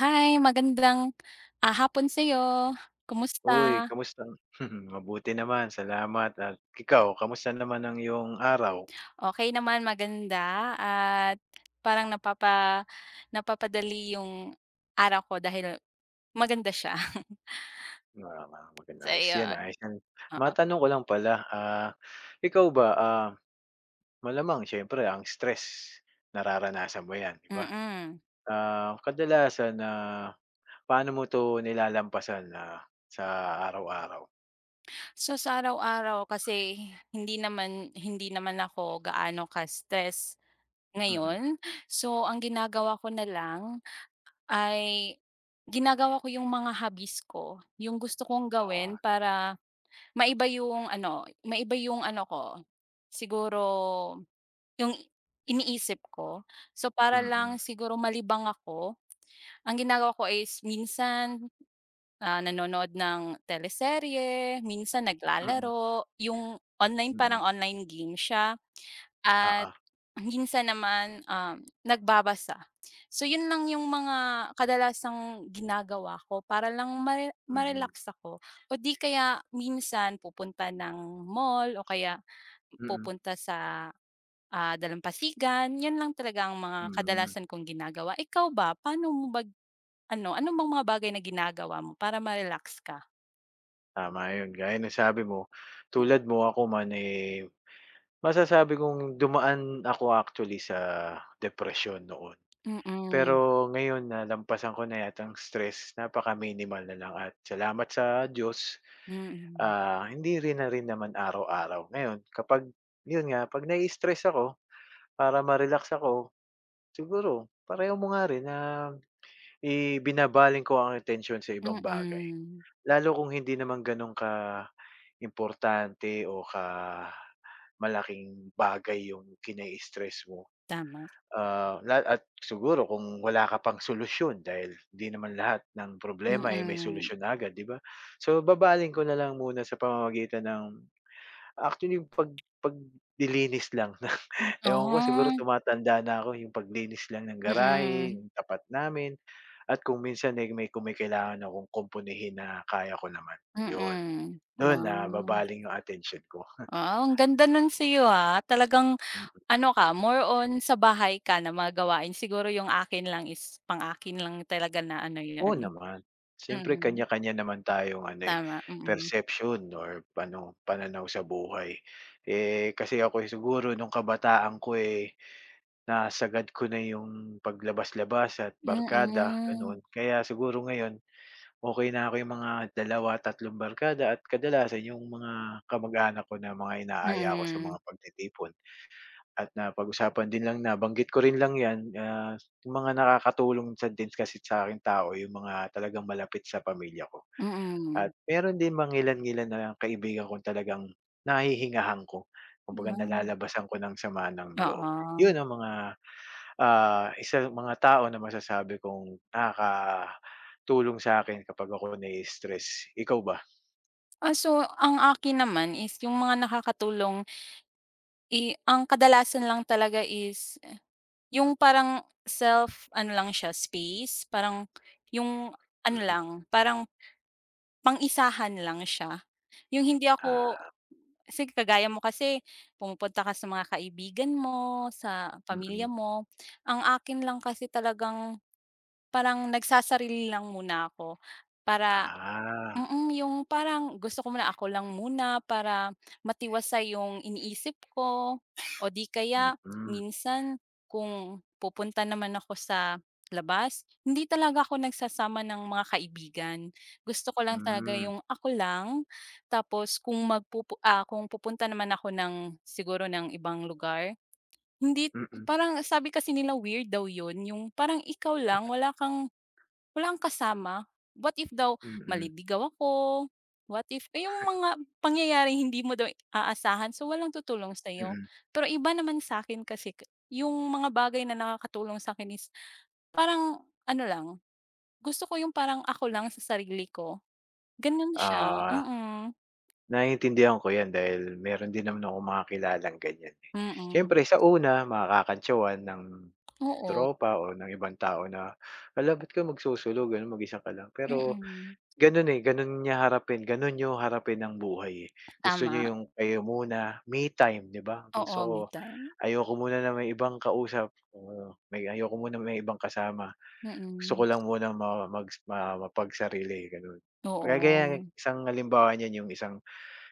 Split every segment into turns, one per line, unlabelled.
Hi, magandang hapon sa'yo. Kumusta?
Uy, kamusta? Mabuti naman, salamat at ikaw, kamusta naman ang iyong araw?
Okay naman, maganda at parang napapadali yung araw ko dahil maganda siya.
Ah,
So,
maganda, ayos 'yan,
ayun,
ayos 'yan.
oo,
Matanong ko lang pala, ikaw ba, malamang siyempre ang stress nararanasan mo 'yan, 'di ba?
mm.
Ah, kadalasan na paano mo 'to nilalampasan na sa araw-araw?
So, sa araw-araw kasi hindi naman ako gaano ka-stress
Mhm.
ngayon. So, ang ginagawa ko na lang ay ginagawa ko yung mga hobbies ko, yung gusto kong
Oo.
gawin para maiba yung ano ko, siguro yung iniisip ko. So, para
Mm.
lang siguro malibang ako, ang ginagawa ko is minsan, nanonood ng teleserye, minsan
Mm.
naglalaro, yung online
Mm.
parang online game siya. At
Oo.
minsan naman, nagbabasa. So yun lang yung mga kadalasang ginagawa ko para lang
Mm.
ma-relax ako o di kaya minsan pupunta ng mall o kaya
Mm.
pupunta sa dalampasigan. Yan lang talaga ang mga
Mm.
kadalasan kong ginagawa. Ikaw ba, paano mo ba ano bang mga bagay na ginagawa mo para ma-relax ka?
Tama 'yun, gaya ng sabi mo, tulad mo ako man, eh. Masasabi kong dumaan ako actually sa depression noon.
Mm,
Pero ngayon nalampasan ko na yata ang stress, napaka-minimal na lang at salamat sa Diyos,
mm,
hindi rin na rin naman araw-araw. Ngayon kapag yun nga, 'pag nai-stress ako, para ma-relax ako, siguro pareho mo nga rin na ibinabaling ko ang attention sa ibang bagay.
mm,
Lalo kung hindi naman ka importante o ka malaking bagay yung kinai-stress mo.
tama,
Ah, at siguro kung wala ka pang solusyon dahil 'di naman lahat ng problema, eh, may
mm.
solusyon na agad, 'di ba? So, babaling ko na lang muna sa pamamagitan ng actually yung paglilinis lang. Ewan ko siguro
Oo.
tumatanda na ako, yung paglinis lang ng garahe,
Mm,
yung tapat namin at kung minsan, eh, may kumikailangan akong kumpunihin na kaya ko naman, yun.
mm.
Doon na
Wow.
babaling yung attention ko.
Wow, ang ganda nun sa'yo, ah. Talagang ano ka, more on sa bahay ka na mga gawain. Siguro yung akin lang is pang-akin lang talaga na ano
Oo
yun.
naman. Siyempre
Mm,
kanya-kanya naman tayong ano, eh,
tama, mm.
perception or ano, pananaw sa buhay. Eh, kasi ako eh, siguro nung kabataan ko, eh, nasagad ko na yung paglabas-labas at barkada,
Mm,
gano'n. Kaya siguro ngayon, okay na ako yung mga dalawa, tatlong barkada at kadalasan yung mga kamag-anak ko na mga inaaya ko sa
mm,
mga pagtitipon. At napag-usapan din lang nabanggit ko rin lang 'yan, yung mga nakakatulong sa din kasi sa'king tao yung mga talagang malapit sa pamilya ko.
mm.
At meron din mangilan-ngilan na kaibigan kong talagang nahihingahan ko, kumbaga
Hmm,
nalalabasan ko ng sama ng loob.
oo.
'Yun ang mga, ah, isa mga tao na masasabi kong nakakatulong sa'kin kapag ako nai-stress. Ikaw ba?
Ah, so ang akin naman is yung mga nakakatulong, ang kadalasan lang talaga is yung parang self ano lang siya space, parang yung ano
Mm.
lang, parang pang-isahan lang siya. Yung hindi ako
Ah.
kasi kagaya mo kasi pumupunta ka sa mga kaibigan mo, sa pamilya
Mm.
mo. Ang akin lang kasi talagang parang nagsasarili lang muna ako para
Ah.
Yung parang gusto ko muna ako lang muna para matiwasay yung iniisip ko o di kaya
Mm.
minsan kung pupunta naman ako sa labas, hindi talaga ako nagsasama ng mga kaibigan. Gusto ko lang talaga
Hmm.
yung ako lang. Tapos kung pupunta naman ako ng siguro ng ibang lugar, hindi
Mm.
parang sabi kasi nila weird daw yun, yung parang ikaw lang, wala kang kasama. What if daw
Mm. Mm.
maliligaw ako, what if eh, yung mga pangyayari hindi mo daw aasahan so walang tutulong sa'yo.
Mm.
Pero iba naman sa akin kasi yung mga bagay na nakakatulong sa akin is parang ano lang, gusto ko yung parang ako lang sa sarili ko, gano'n siya,
Ah,
mm.
naiintindihan ko 'yan dahil meron din naman akong mga kilalang ganyan, eh.
Mm,
Siyempre sa una makakakantsawan ng
oo,
tropa o ng ibang tao na, "Hala, ba't ka magsusulo, gano'n, mag-isa ka lang?" Pero
mm.
gano'n, eh, gano'n niya harapin gano'n niyo harapin ang buhay, eh. Gusto
Tama,
niyo yung kayo muna, me time, 'di ba? Gusto
oo,
ko
me time,
ayoko muna na may ibang kausap o may ayoko muna may ibang kasama. Gusto ko
mm.
lang munang ma mag ma mapagsarili, gano'n. Kagaya
Oo,
ng isang halimbawa niyan yung isang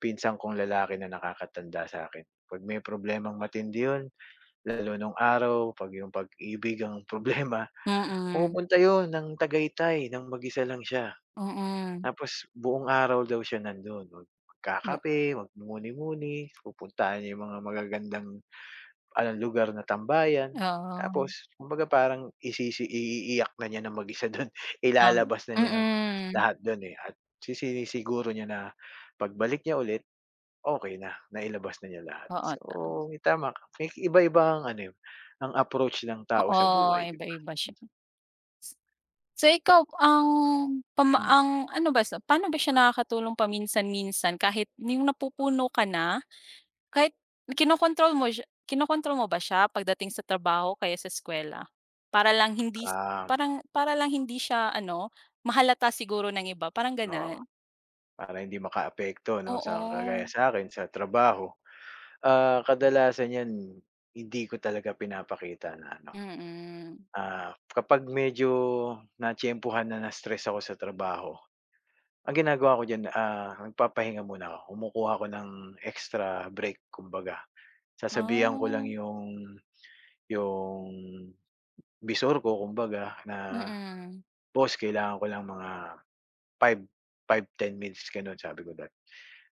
pinsan kong lalaki na nakakatanda sa akin. 'Pag may problemang matindi 'yun, lalo nung araw 'pag yung pag-ibig ang problema,
mm,
pumupunta 'yun ng Tagaytay ng mag-isa lang siya.
mm.
Tapos buong araw daw siya nandun,
O,
magkakape, magmumuni-muni, pupuntahan niya yung mga magagandang, anong lugar na tambayan.
oo.
Tapos kumbaga parang iiiyak na niya na mag-isa dun,
Um,
ilalabas na niya
mm.
lahat dun, eh, at sinisiguro niya na pagbalik niya ulit. Okey na, nailabas na niya lahat.
Oo,
So, tama ka, may iba-iba ang ano, eh, ang approach ng tao sa
oo,
buhay, 'di ba?
iba-iba siya. So, ikaw ang pama
Mm.
ang ano ba sa paano ba siya nakakatulong paminsan-minsan kahit yung napupuno ka na, kahit kinokontrol mo ba siya pagdating sa trabaho kaya sa eskuwela? Para lang hindi s
Ah.
parang para lang hindi siya ano, mahalata siguro ng iba, parang
Oo,
gano'n?
para hindi makaapekto 'no, sa
Oo,
kagaya sa'kin sa trabaho, ah, kadalasan 'yan hindi ko talaga pinapakita na ano,
mm.
kapag medyo natiyempuhan na na-stress ako sa trabaho, ang ginagawa ko diyan, ah, nagpapahinga muna ako, kumukuha ako ng extra break kumbaga. Sasabihan ko lang
Ah,
yung Visor ko kumbaga na,
mm.
"Boss kailangan ko lang mga five five ten minutes," gano'n sabi ko dati.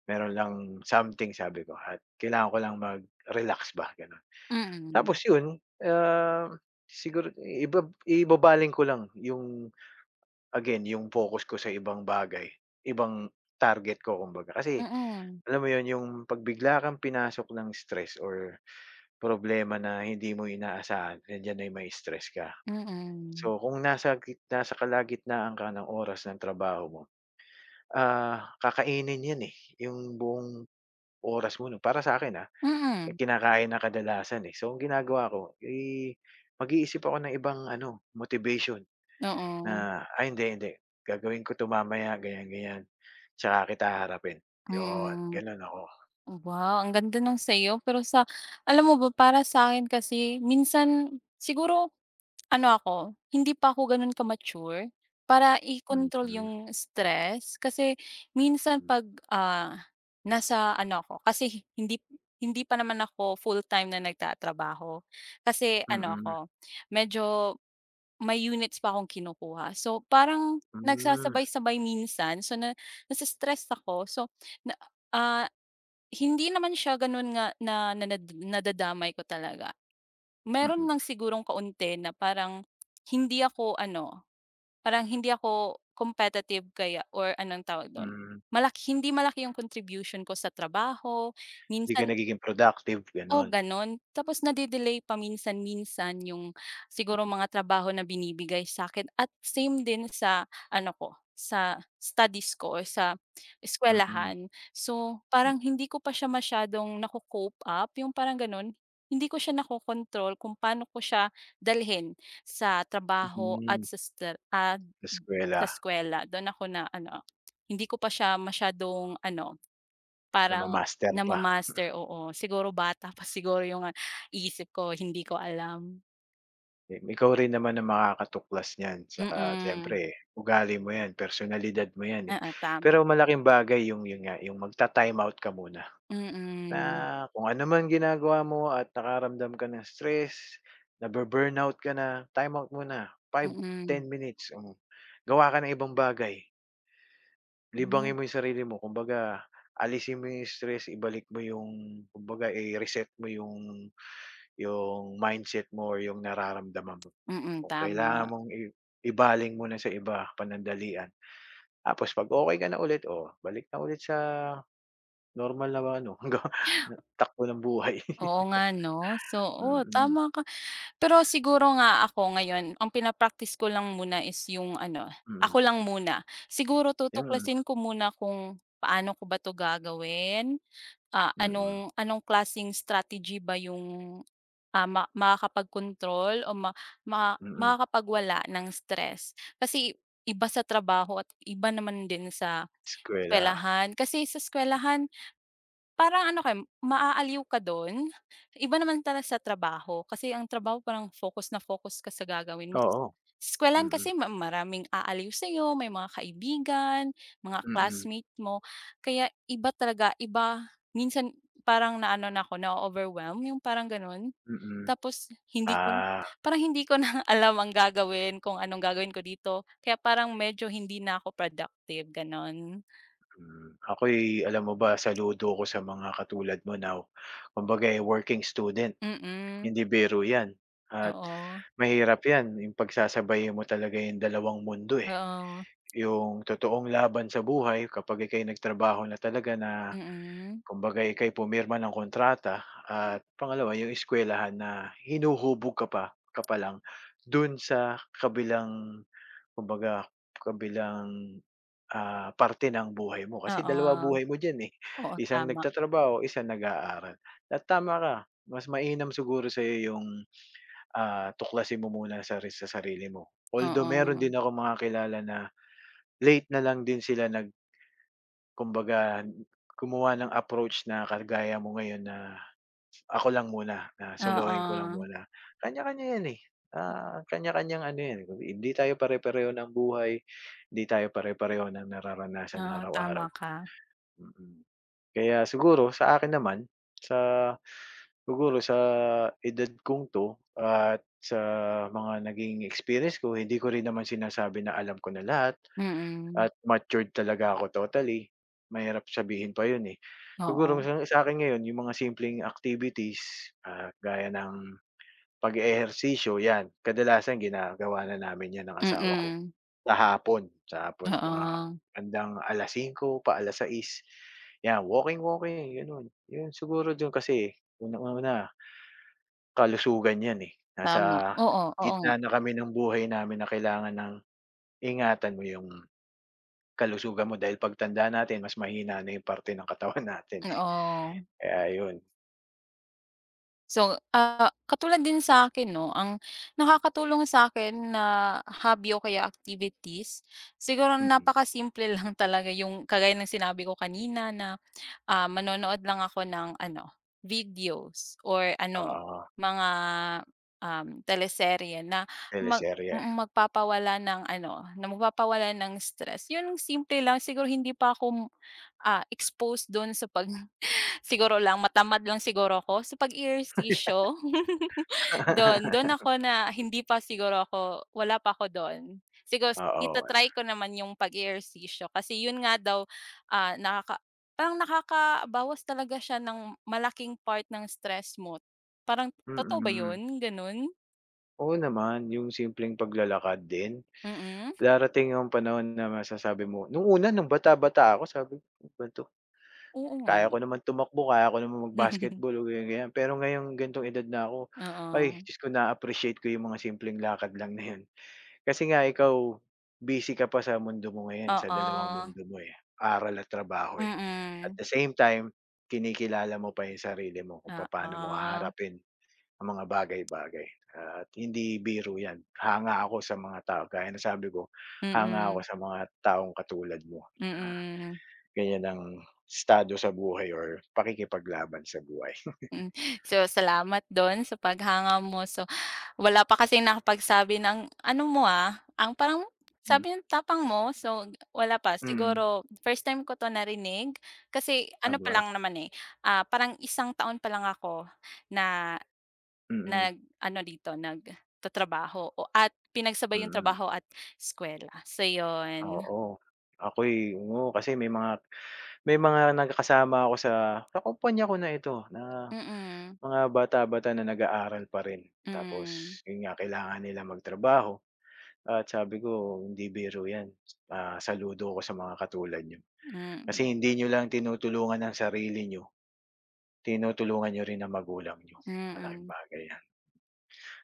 "Meron lang something," sabi ko, "at kailangan ko lang mag-relax ba," gano'n. Tapos
Mm.
'yun, ah, siguro ibabaling ko lang yung again, yung focus ko sa ibang bagay, ibang target ko kumbaga. Kasi
Mm.
alam mo 'yun, yung pagbigla bigla kang pinasok ng stress or problema na hindi mo inaasahan, nandiyan yan ay may stress ka.
Mm. Mm.
So, kung nasa kalagitnaan ka ng oras ng trabaho mo, ah, kakainin 'yan, eh, yung buong oras mo 'no. Para sa'kin, ah, eh,
Mm.
kinakain na kadalasan, eh. So, ang ginagawa ko, eh, mag-iisip ako ng ibang ano, motivation
Oo,
na, "Ay hindi, hindi, gagawin ko 'to mamaya, ganyan, ganyan, tsaka kita haharapin." 'Yun,
mm.
gano'n ako.
Wow, ang ganda ng sayo pero alam mo ba para sa akin kasi minsan siguro. Ano ako, hindi pa ako gano'n ka-mature para i
Mm.
control
Hmm.
yung stress. Kasi minsan 'pag, nasa ano ako, kasi hindi hindi pa naman ako full-time na nagtatrabaho. Kasi ano
Mm.
ako, medyo may units pa akong kinukuha. So, parang
Hmm.
nagsasabay-sabay minsan. So, nase-stress ako. So, na ah hindi naman siya gano'n nga na na nanad nadadamay ko talaga. Meron
Mm.
lang sigurong kaunti na hindi ako ano, parang hindi ako competitive kaya or anong tawag do'n,
Hmm.
hindi malaki yung contribution ko sa trabaho,
Hindi ka
minsan.
nagiging productive,
Oo,
gano'n.
gano'n. Tapos nade-delay paminsan-minsan yung siguro mga trabaho na binibigay sa'kin at same din sa ano ko, sa studies ko or sa
Mm.
eskuwelahan. So, parang hindi ko pa siya masyadong nako-cope up, yung parang gano'n. Hindi ko siya nako-kontrol kung paano ko siya dalhin sa trabaho at
Mm.
sa sta at
Eskuwela.
sa eskuwela. Do'n ako na ano, hindi ko pa siya masyadong ano parang
Nama-master pa.
nama-master, oo. Siguro bata pa siguro yung, isip ko, hindi ko alam.
Ikaw rin naman ang makakatuklas niyan sa
Mm.
siyempre ugali mo 'yan, personalidad mo 'yan, eh.
Oo, tama.
Pero malaking bagay yung yun nga, yung magta-time out ka muna na
Mm.
kung ano man ginagawa mo at nakaramdam ka ng stress, nabu-burnout ka na, time out muna, five
Mm.
ten minutes, hmm. Gawa ka ng ibang bagay,
Hmm,
libangin mo yung sarili mo kumbaga alisin mo yung stress, ibalik mo yung kumbaga, eh, reset mo yung mindset mo or yung nararamdaman mo.
mm,
Kung kailangan
tama.
mong ibaling muna sa iba, panandalian. Tapos 'pag okey ka na ulit, oh, balik na ulit sa normal na ano, hanggang takbo ng buhay.
Oo nga 'no? So, oo,
Mm.
tama ka. Pero siguro nga ako ngayon, ang pina-practice ko lang muna is yung ano,
Mm.
ako lang muna. Siguro
Yun.
tutuklasin ko muna kung paano ko ba 'to gagawin. Ah,
Mm.
anong anong klasing strategy ba yung, makakapagkontrol o ma ma
Mm.
makakapagwala ng stress? Kasi iba sa trabaho at iba naman din sa
Eskuwela.
eskuwelahan. Kasi sa eskuwelahan parang ano ka, maaaliw ka don. Iba naman talaga sa trabaho, kasi ang trabaho parang focus na focus ka sa gagawin mo. Sa
Oo.
eskuwelahan
Mm.
kasi maraming aaliw sa'yo, may mga kaibigan, mga
Mm.
classmate mo, kaya iba talaga, iba. Minsan parang naano na ako, na-o-overwhelm, yung parang ganon.
Mm.
Tapos hindi ko
Ah,
parang hindi ko na alam ang gagawin, kung anong gagawin ko dito, kaya parang medyo hindi na ako productive, gano'n.
ako'y alam mo ba, saludo ko sa mga katulad mo na kumbaga, eh, working student.
Mm,
Hindi biro 'yan at
oo,
mahirap 'yan, yung pagsasabayin mo talaga yung dalawang mundo, eh.
oo.
Yung totoong laban sa buhay kapag ika'y nagtrabaho na talaga na
Mm.
kumbaga ika'y pumirma ng kontrata at pangalawa yung eskuwelahan na hinuhubog ka pa lang dun sa kabilang kumbaga kabilang, ah, parte ng buhay mo kasi dalawa
Oo,
buhay mo diyan, eh.
oo,
Isang
tama.
nagtatrabaho, isang nag-aaral at tama ka, mas mainam siguro yung tuklasin mo muna sa sarili mo. Although meron
Oo.
din ako mga kilala na late na lang din sila kumbaga gumawa ng approach na kagaya mo ngayon na, "Ako lang muna, na solohin ko lang
Oo,
muna." Kanya-kanya 'yan, eh, ah, kanya-kanyang ano 'yan, hindi tayo pare-pareho ng buhay, hindi tayo pare-pareho ng nararanasan
oo, tama
araw-araw.
ka.
Mm. Mm. Kaya siguro sa akin naman, sa siguro sa edad kong 'to at sa mga naging experience ko, hindi ko rin naman sinasabi na alam ko na lahat
Mm,
at matured talaga ako totally. Mahirap sabihin pa 'yun, eh. Siguro
oo,
sa sa'kin ngayon yung mga simpleng activities, ah, gaya ng pag-eehersisyo 'yan, kadalasan ginagawa na namin 'yan ng asawa ko.
mm,
Sa hapon mga
oo,
bandang 5:00 pa 6:00, 'yan walking-walking gano'n. 'Yun siguro do'n kasi unang-una kalusugan 'yan, eh, nasa
tama. Oo, oo
gitna
nga,
na kami ng buhay namin na kailangan ng ingatan mo 'yung kalusugan mo dahil pagtanda natin mas mahina na 'yung parte ng katawan natin, eh,
oo.
kaya 'yun.
So, katulad din sa akin 'no, ang nakakatulong sa akin na hobby o kaya activities, siguro
Mm.
napakasimple lang talaga yung kagaya ng sinabi ko kanina na manonood lang ako ng ano, videos or ano,
Oo.
mga, teleserye na
Teleserye.
magpapawala ng stress. Yun simple lang siguro hindi pa ako, exposed dun. Sa pag Siguro lang matamad lang siguro ako sa
Eh.
pag-ehersisyo. Dun ako na hindi pa siguro ako wala pa ako dun. Siguro
Oo.
itatry ko naman yung pag-ehersisyo kasi yun nga daw, ah, nakaka parang nakakabawas talaga siya ng malaking part ng stress mo. Parang totoo ba
Mm.
yun, ganun?
Oo naman 'yung simpleng paglalakad din.
Mm,
Darating yung panahon na masasabi mo nung una nung bata-bata ako sabi ko, "Ano ba 'to?
oo nga.
Kaya ko naman tumakbo, kaya ko naman mag-basketball o ganyan, ganyan." Pero ngayong ganitong edad na ako, ay
Oo.
Diyos ko na-appreciate ko yung mga simpleng lakad lang na yun. Kasi nga ikaw, busy ka pa sa mundo mo ngayon, sa dalawang mundo
Oo.
mo, eh, aral at trabaho, eh. At
Mm.
the same time, kinikilala mo pa yung sarili mo kung paano mo
Oo.
haharapin ang mga bagay-bagay at hindi biro 'yan. Hanga ako sa mga tao kaya ng sabi ko, hanga ako
Mm.
sa mga taong katulad mo na
Mm.
ganyan ang estado sa buhay or pakikipaglaban sa buhay.
Mm. So, salamat do'n sa paghanga mo. So, wala pa kasing nakapagsabi ng ano mo, ang parang
Hmm.
sabi ng tapang mo. So, wala pa.
Mm.
Siguro first time ko 'to narinig kasi ano pa
Aba.
lang naman, eh, parang isang taon pa lang ako na
Mm.
nag-ano dito, nagtatrabaho o at pinagsabay yung
Mm.
trabaho at eskuwela. So, yun.
Oo, oo, kasi may mga nagkakasama ako sa kumpanya ko na ito na
Mm,
mga bata-bata na nag-aaral pa rin.
mm,
Tapos 'yun nga, kailangan nila magtrabaho. At sabi ko, "Hindi biro 'yan, ah, saludo ako sa mga katulad nyo. Kasi
mm,
hindi nyo lang tinutulungan ang sarili nyo. Tinutulungan niyo rin ang magulang nyo. Malaking
mm.
bagay 'yan."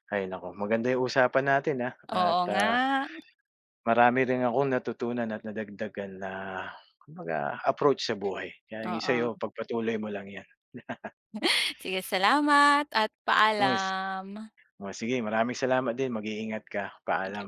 Ay nako. Maganda 'yung usapan natin, ah,
Oo
at,
nga,
ah, marami rin akong natutunan at nadagdagan na kumbaga approach sa buhay. Kaya 'yung sa'yo,
oo.
pagpatuloy mo lang 'yan.
Sige, salamat at
Uy,
paalam.
oh, sige maraming salamat din, mag-iingat ka. Paalam.